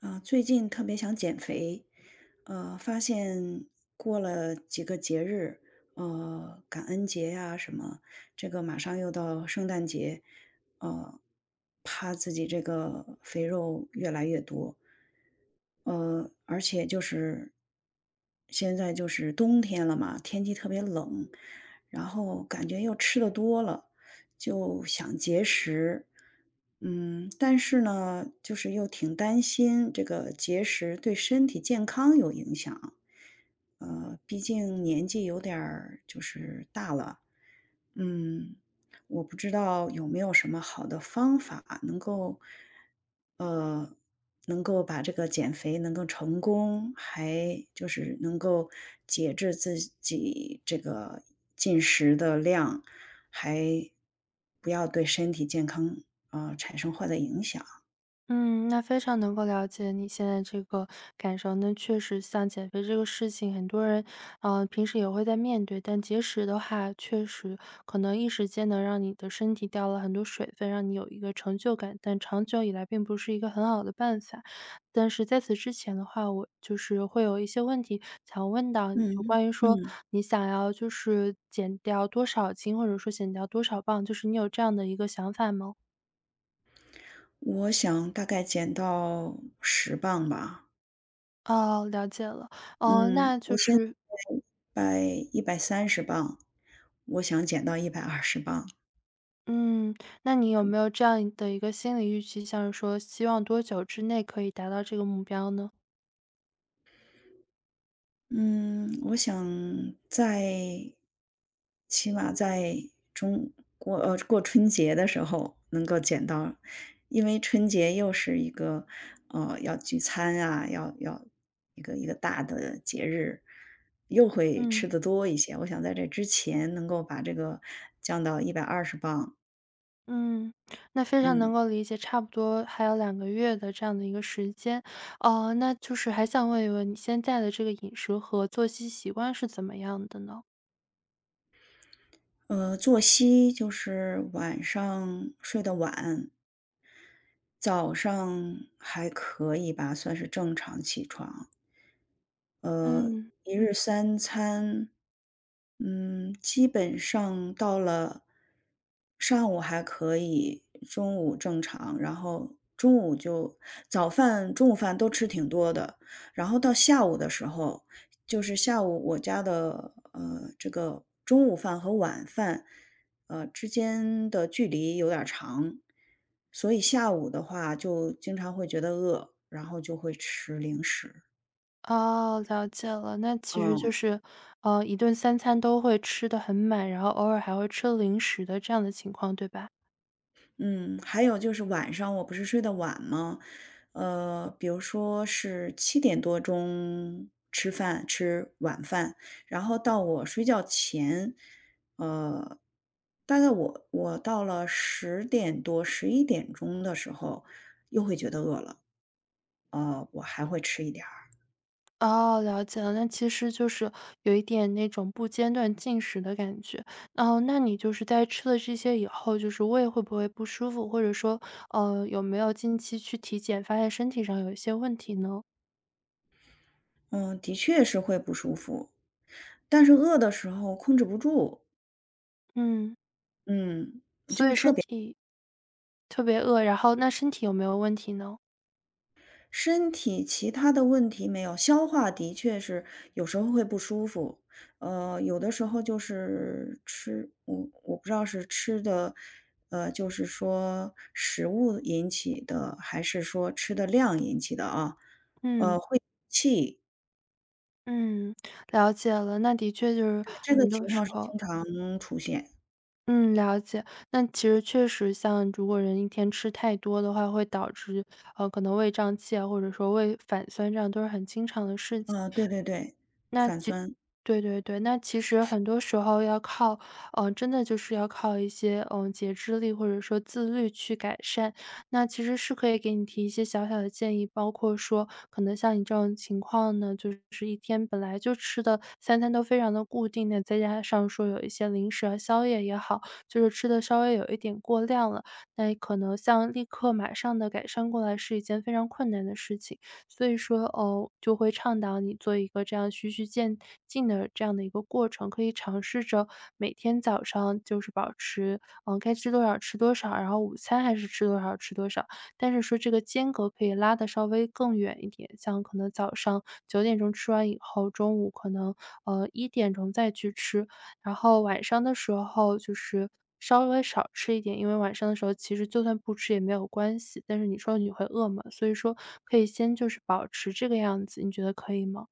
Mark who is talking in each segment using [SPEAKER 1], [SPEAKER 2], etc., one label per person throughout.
[SPEAKER 1] 啊，最近特别想减肥，发现过了几个节日，感恩节呀、什么，这个马上又到圣诞节，呃，怕自己这个肥肉越来越多，而且就是现在就是冬天了嘛，天气特别冷，然后感觉又吃的多了。就想节食。嗯，但是呢，就是又挺担心这个节食对身体健康有影响。毕竟年纪有点儿就是大了。嗯，我不知道有没有什么好的方法能够，呃，能够把这个减肥能够成功，还就是能够节制自己这个进食的量，还不要对身体健康啊，产生坏的影响。
[SPEAKER 2] 嗯，那非常能够了解你现在这个感受。那确实，像减肥这个事情，很多人，平时也会在面对，但节食的话，确实可能一时间能让你的身体掉了很多水分，让你有一个成就感，但长久以来并不是一个很好的办法。但是在此之前的话，我就是会有一些问题想问到你，就
[SPEAKER 1] 嗯
[SPEAKER 2] 关于说
[SPEAKER 1] 嗯，
[SPEAKER 2] 你想要就是减掉多少斤，或者说减掉多少磅，就是你有这样的一个想法吗？
[SPEAKER 1] 我想大概减到十磅吧。
[SPEAKER 2] 哦，了解了。哦，
[SPEAKER 1] 嗯，
[SPEAKER 2] 那就
[SPEAKER 1] 我现在
[SPEAKER 2] 是
[SPEAKER 1] 百130磅，我想减到一百二十磅。
[SPEAKER 2] 嗯，那你有没有这样的一个心理预期，像是说希望多久之内可以达到这个目标呢？
[SPEAKER 1] 嗯，我想在，起码在中过春节的时候能够减到。因为春节又是一个，要聚餐啊，要一个大的节日，又会
[SPEAKER 2] 嗯，
[SPEAKER 1] 吃的多一些。我想在这之前能够把这个降到一百二十磅。
[SPEAKER 2] 嗯，那非常能
[SPEAKER 1] 嗯。
[SPEAKER 2] 够理解，差不多还有2个月的这样的一个时间。哦，那就是还想问一问你现在的这个饮食和作息习惯是怎么样的呢？
[SPEAKER 1] 作息就是晚上睡得晚，早上还可以吧，算是正常起床。呃，
[SPEAKER 2] 嗯，
[SPEAKER 1] 一日三餐，嗯，基本上到了，上午还可以，中午正常，然后中午就，早饭、中午饭都吃挺多的，然后到下午的时候，就是下午我家的这个中午饭和晚饭之间的距离有点儿长，所以下午的话就经常会觉得饿，然后就会吃零食。
[SPEAKER 2] 哦，了解了。那其实就
[SPEAKER 1] 嗯。
[SPEAKER 2] 是，一顿三餐都会吃得很满，然后偶尔还会吃零食的这样的情况，对吧？
[SPEAKER 1] 嗯，还有就是晚上我不是睡得晚吗？比如说是7点多钟吃饭，吃晚饭，然后到我睡觉前，呃，大概我到了10点多、11点钟的时候，又会觉得饿了，我还会吃一点儿。
[SPEAKER 2] 哦，了解了，那其实就是有一点那种不间断进食的感觉。哦，那你就是在吃了这些以后，就是胃会不会不舒服，或者说，有没有近期去体检，发现身体上有一些问题呢？
[SPEAKER 1] 嗯，的确是会不舒服，但是饿的时候控制不住。
[SPEAKER 2] 嗯，
[SPEAKER 1] 嗯，
[SPEAKER 2] 所以身体特别饿，然后那身体有没有问题呢？
[SPEAKER 1] 身体其他的问题没有，消化的确是有时候会不舒服。有的时候就是吃，我不知道是吃的，就是说食物引起的，还是说吃的量引起的啊？
[SPEAKER 2] 嗯
[SPEAKER 1] 会气。
[SPEAKER 2] 嗯，了解了，那的确就是
[SPEAKER 1] 对，这个
[SPEAKER 2] 很多
[SPEAKER 1] 情况
[SPEAKER 2] 时
[SPEAKER 1] 是
[SPEAKER 2] 候
[SPEAKER 1] 经常出现。
[SPEAKER 2] 嗯，了解。那其实确实像如果人一天吃太多的话，会导致，可能胃胀气啊，或者说胃反酸，这样都是很经常的事情。
[SPEAKER 1] 啊，对对对，反酸。
[SPEAKER 2] 对对对，那其实很多时候要靠，真的就是要靠一些，节制力或者说自律去改善。那其实是可以给你提一些小小的建议，包括说，可能像你这种情况呢，就是一天本来就吃的三餐都非常的固定的，再加上说有一些零食啊、宵夜也好，就是吃的稍微有一点过量了，那可能像立刻马上的改善过来是一件非常困难的事情。所以说，哦，就会倡导你做一个这样循序渐进的这样的一个过程，可以尝试着每天早上就是保持，该吃多少吃多少，然后午餐还是吃多少吃多少，但是说这个间隔可以拉的稍微更远一点，像可能早上9点钟吃完以后，中午可能1点钟再去吃，然后晚上的时候就是稍微少吃一点，因为晚上的时候其实就算不吃也没有关系，但是你说你会饿嘛，所以说可以先就是保持这个样子，你觉得可以吗？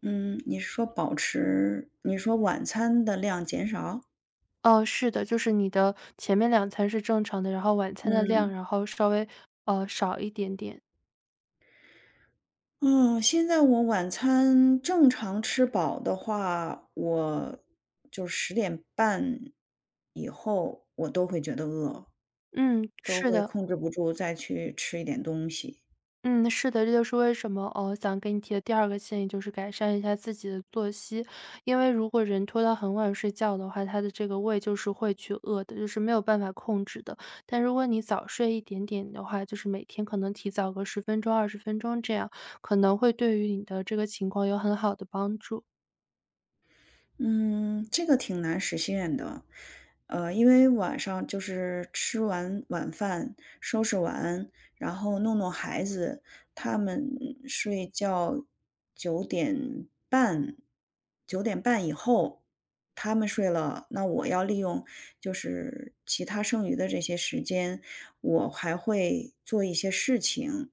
[SPEAKER 1] 嗯，你是说保持，你说晚餐的量减少？
[SPEAKER 2] 哦，是的，就是你的前面两餐是正常的，然后晚餐的量，
[SPEAKER 1] 嗯。
[SPEAKER 2] 然后稍微，少一点点。
[SPEAKER 1] 嗯，现在我晚餐正常吃饱的话，我就10点半以后，我都会觉得饿，
[SPEAKER 2] 嗯，
[SPEAKER 1] 都
[SPEAKER 2] 是
[SPEAKER 1] 会
[SPEAKER 2] 的。
[SPEAKER 1] 控制不住再去吃一点东西。
[SPEAKER 2] 嗯，是的，这就是为什么，想给你提的第二个建议就是改善一下自己的作息。因为如果人拖到很晚睡觉的话，他的这个胃就是会去饿的，就是没有办法控制的。但如果你早睡一点点的话，就是每天可能提早个十分钟、20分钟这样，可能会对于你的这个情况有很好的帮助。
[SPEAKER 1] 嗯，这个挺难实现的，因为晚上就是吃完晚饭，收拾完，然后弄弄孩子，他们睡觉九点半，九点半以后他们睡了，那我要利用就是其他剩余的这些时间，我还会做一些事情，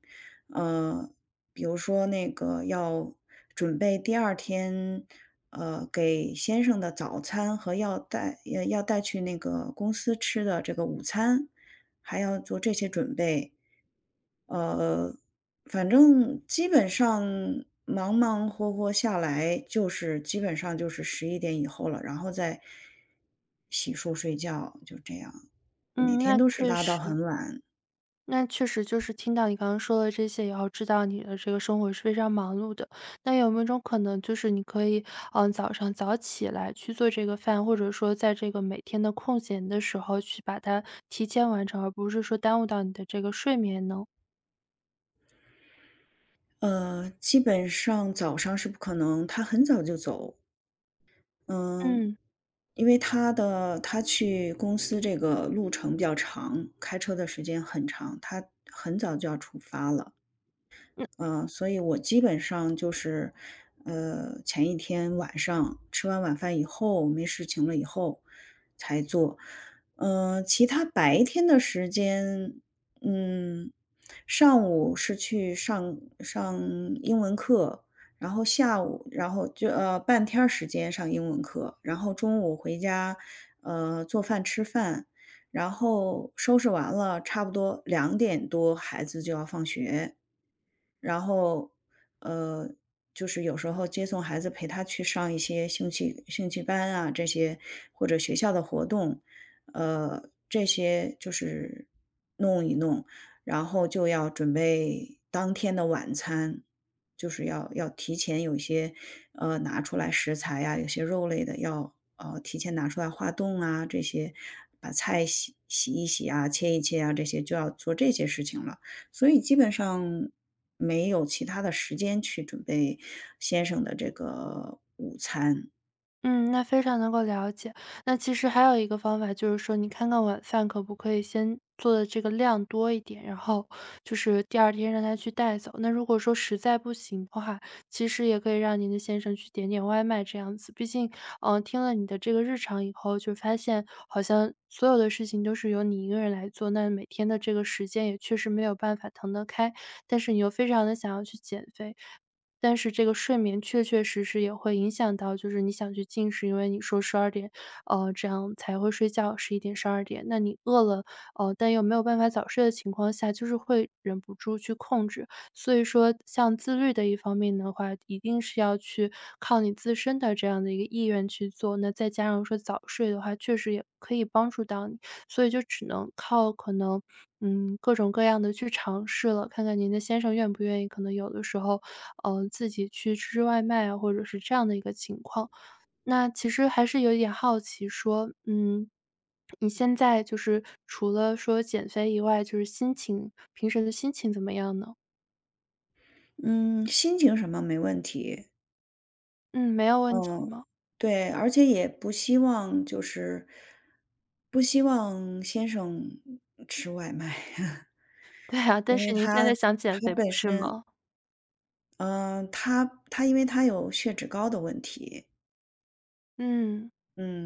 [SPEAKER 1] 呃，比如说那个要准备第二天。给先生的早餐，和要带去那个公司吃的这个午餐，还要做这些准备。呃，反正基本上忙忙活活下来，就是基本上就是十一点以后了，然后再洗漱睡觉，就这样，每
[SPEAKER 2] 嗯，
[SPEAKER 1] 天
[SPEAKER 2] 那
[SPEAKER 1] 都是
[SPEAKER 2] 确
[SPEAKER 1] 拉到
[SPEAKER 2] 实。
[SPEAKER 1] 很晚。
[SPEAKER 2] 那确实就是听到你刚刚说的这些以后，知道你的这个生活是非常忙碌的。那有没有一种可能，就是你可以，早上早起来去做这个饭，或者说在这个每天的空闲的时候去把它提前完成，而不是说耽误到你的这个睡眠呢？
[SPEAKER 1] 基本上早上是不可能，他很早就走。嗯，
[SPEAKER 2] 嗯
[SPEAKER 1] 因为他去公司这个路程比较长，开车的时间很长，他很早就要出发了。嗯，所以我基本上就是，前一天晚上吃完晚饭以后，没事情了以后才做。其他白天的时间，嗯，上午是去上英文课，然后下午，然后就半天儿时间上英文课，然后中午回家，做饭吃饭，然后收拾完了，差不多2点多孩子就要放学。然后，呃，就是有时候接送孩子陪他去上一些兴趣班啊，这些或者学校的活动，这些就是弄一弄，然后就要准备当天的晚餐，就是要提前有一些，拿出来食材啊，有些肉类的要提前拿出来化冻啊，这些把菜洗一洗啊、切一切啊，这些就要做这些事情了。所以基本上没有其他的时间去准备先生的这个午餐。
[SPEAKER 2] 嗯，那非常能够了解。那其实还有一个方法，就是说你看看晚饭可不可以先做的这个量多一点，然后就是第二天让他去带走。那如果说实在不行的话，其实也可以让您的先生去点点外卖这样子。毕竟，听了你的这个日常以后，就发现好像所有的事情都是由你一个人来做，那每天的这个时间也确实没有办法腾得开，但是你又非常的想要去减肥，但是这个睡眠确确实实也会影响到，就是你想去进食，因为你说十二点，这样才会睡觉11点、十二点，那你饿了，但又没有办法早睡的情况下，就是会忍不住去控制。所以说像自律的一方面的话，一定是要去靠你自身的这样的一个意愿去做，那再加上说早睡的话，确实也可以帮助到你，所以就只能靠可能，各种各样的去尝试了，看看您的先生愿不愿意，可能有的时候自己去吃吃外卖啊，或者是这样的一个情况。那其实还是有一点好奇说，你现在就是除了说减肥以外，就是心情平时的心情怎么样呢？
[SPEAKER 1] 嗯，心情什么没问题。
[SPEAKER 2] 嗯，没有问题
[SPEAKER 1] 嗯，
[SPEAKER 2] 吗？
[SPEAKER 1] 对，而且也不希望就是不希望先生吃外卖，
[SPEAKER 2] 对啊，但
[SPEAKER 1] 因为
[SPEAKER 2] 是您现在想减
[SPEAKER 1] 他
[SPEAKER 2] 肥不
[SPEAKER 1] 本
[SPEAKER 2] 是
[SPEAKER 1] 身，
[SPEAKER 2] 吗？
[SPEAKER 1] 嗯，他因为有血脂高的问题，
[SPEAKER 2] 嗯。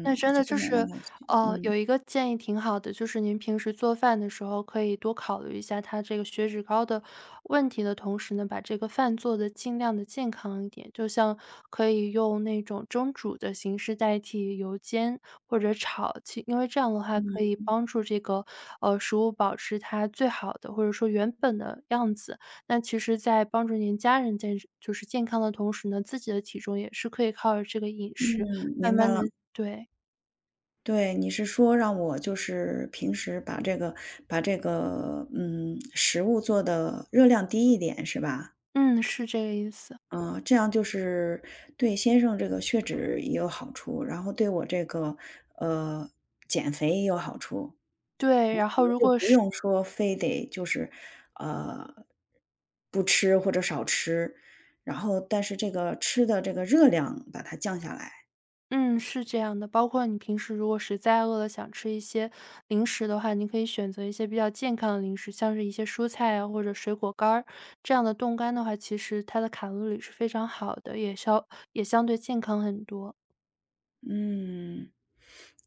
[SPEAKER 2] 那真
[SPEAKER 1] 就
[SPEAKER 2] 的
[SPEAKER 1] 不
[SPEAKER 2] 就
[SPEAKER 1] 想让
[SPEAKER 2] 是，
[SPEAKER 1] 他去。嗯。
[SPEAKER 2] 有一个建议挺好的，就是您平时做饭的时候可以多考虑一下它这个血脂高的问题的同时呢，把这个饭做的尽量的健康一点。就像可以用那种蒸煮的形式代替油煎或者炒，其因为这样的话可以帮助这个，食物保持它最好的或者说原本的样子。那其实在帮助您家人就是健康的同时呢，自己的体重也是可以靠着这个饮
[SPEAKER 1] 嗯，
[SPEAKER 2] 食慢
[SPEAKER 1] 明白
[SPEAKER 2] 慢的，
[SPEAKER 1] 了。
[SPEAKER 2] 对。
[SPEAKER 1] 对，你是说让我就是平时把这个，嗯，食物做的热量低一点是吧？
[SPEAKER 2] 嗯，是这个意思。
[SPEAKER 1] 啊，这样就是对先生这个血脂也有好处，然后对我这个，呃，减肥也有好处。
[SPEAKER 2] 对，
[SPEAKER 1] 我
[SPEAKER 2] 然
[SPEAKER 1] 可
[SPEAKER 2] 后
[SPEAKER 1] 能
[SPEAKER 2] 如
[SPEAKER 1] 就
[SPEAKER 2] 果
[SPEAKER 1] 不
[SPEAKER 2] 是
[SPEAKER 1] 用说非得就是，呃，不吃或者少吃，然后但是这个吃的这个热量把它降下来。
[SPEAKER 2] 嗯，是这样的，包括你平时如果实在饿了，想吃一些零食的话，你可以选择一些比较健康的零食，像是一些蔬菜啊，或者水果干儿，这样的冻干的话，其实它的卡路里是非常好的，也相对健康很多。
[SPEAKER 1] 嗯，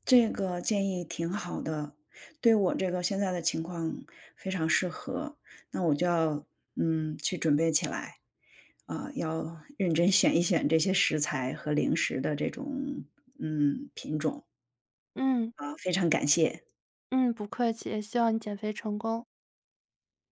[SPEAKER 1] 这个建议挺好的，对我这个现在的情况非常适合。那我就要去准备起来啊，要认真选一选这些食材和零食的这种品种
[SPEAKER 2] 嗯，
[SPEAKER 1] 啊，非常感谢。
[SPEAKER 2] 嗯，不客气，也希望你减肥成功。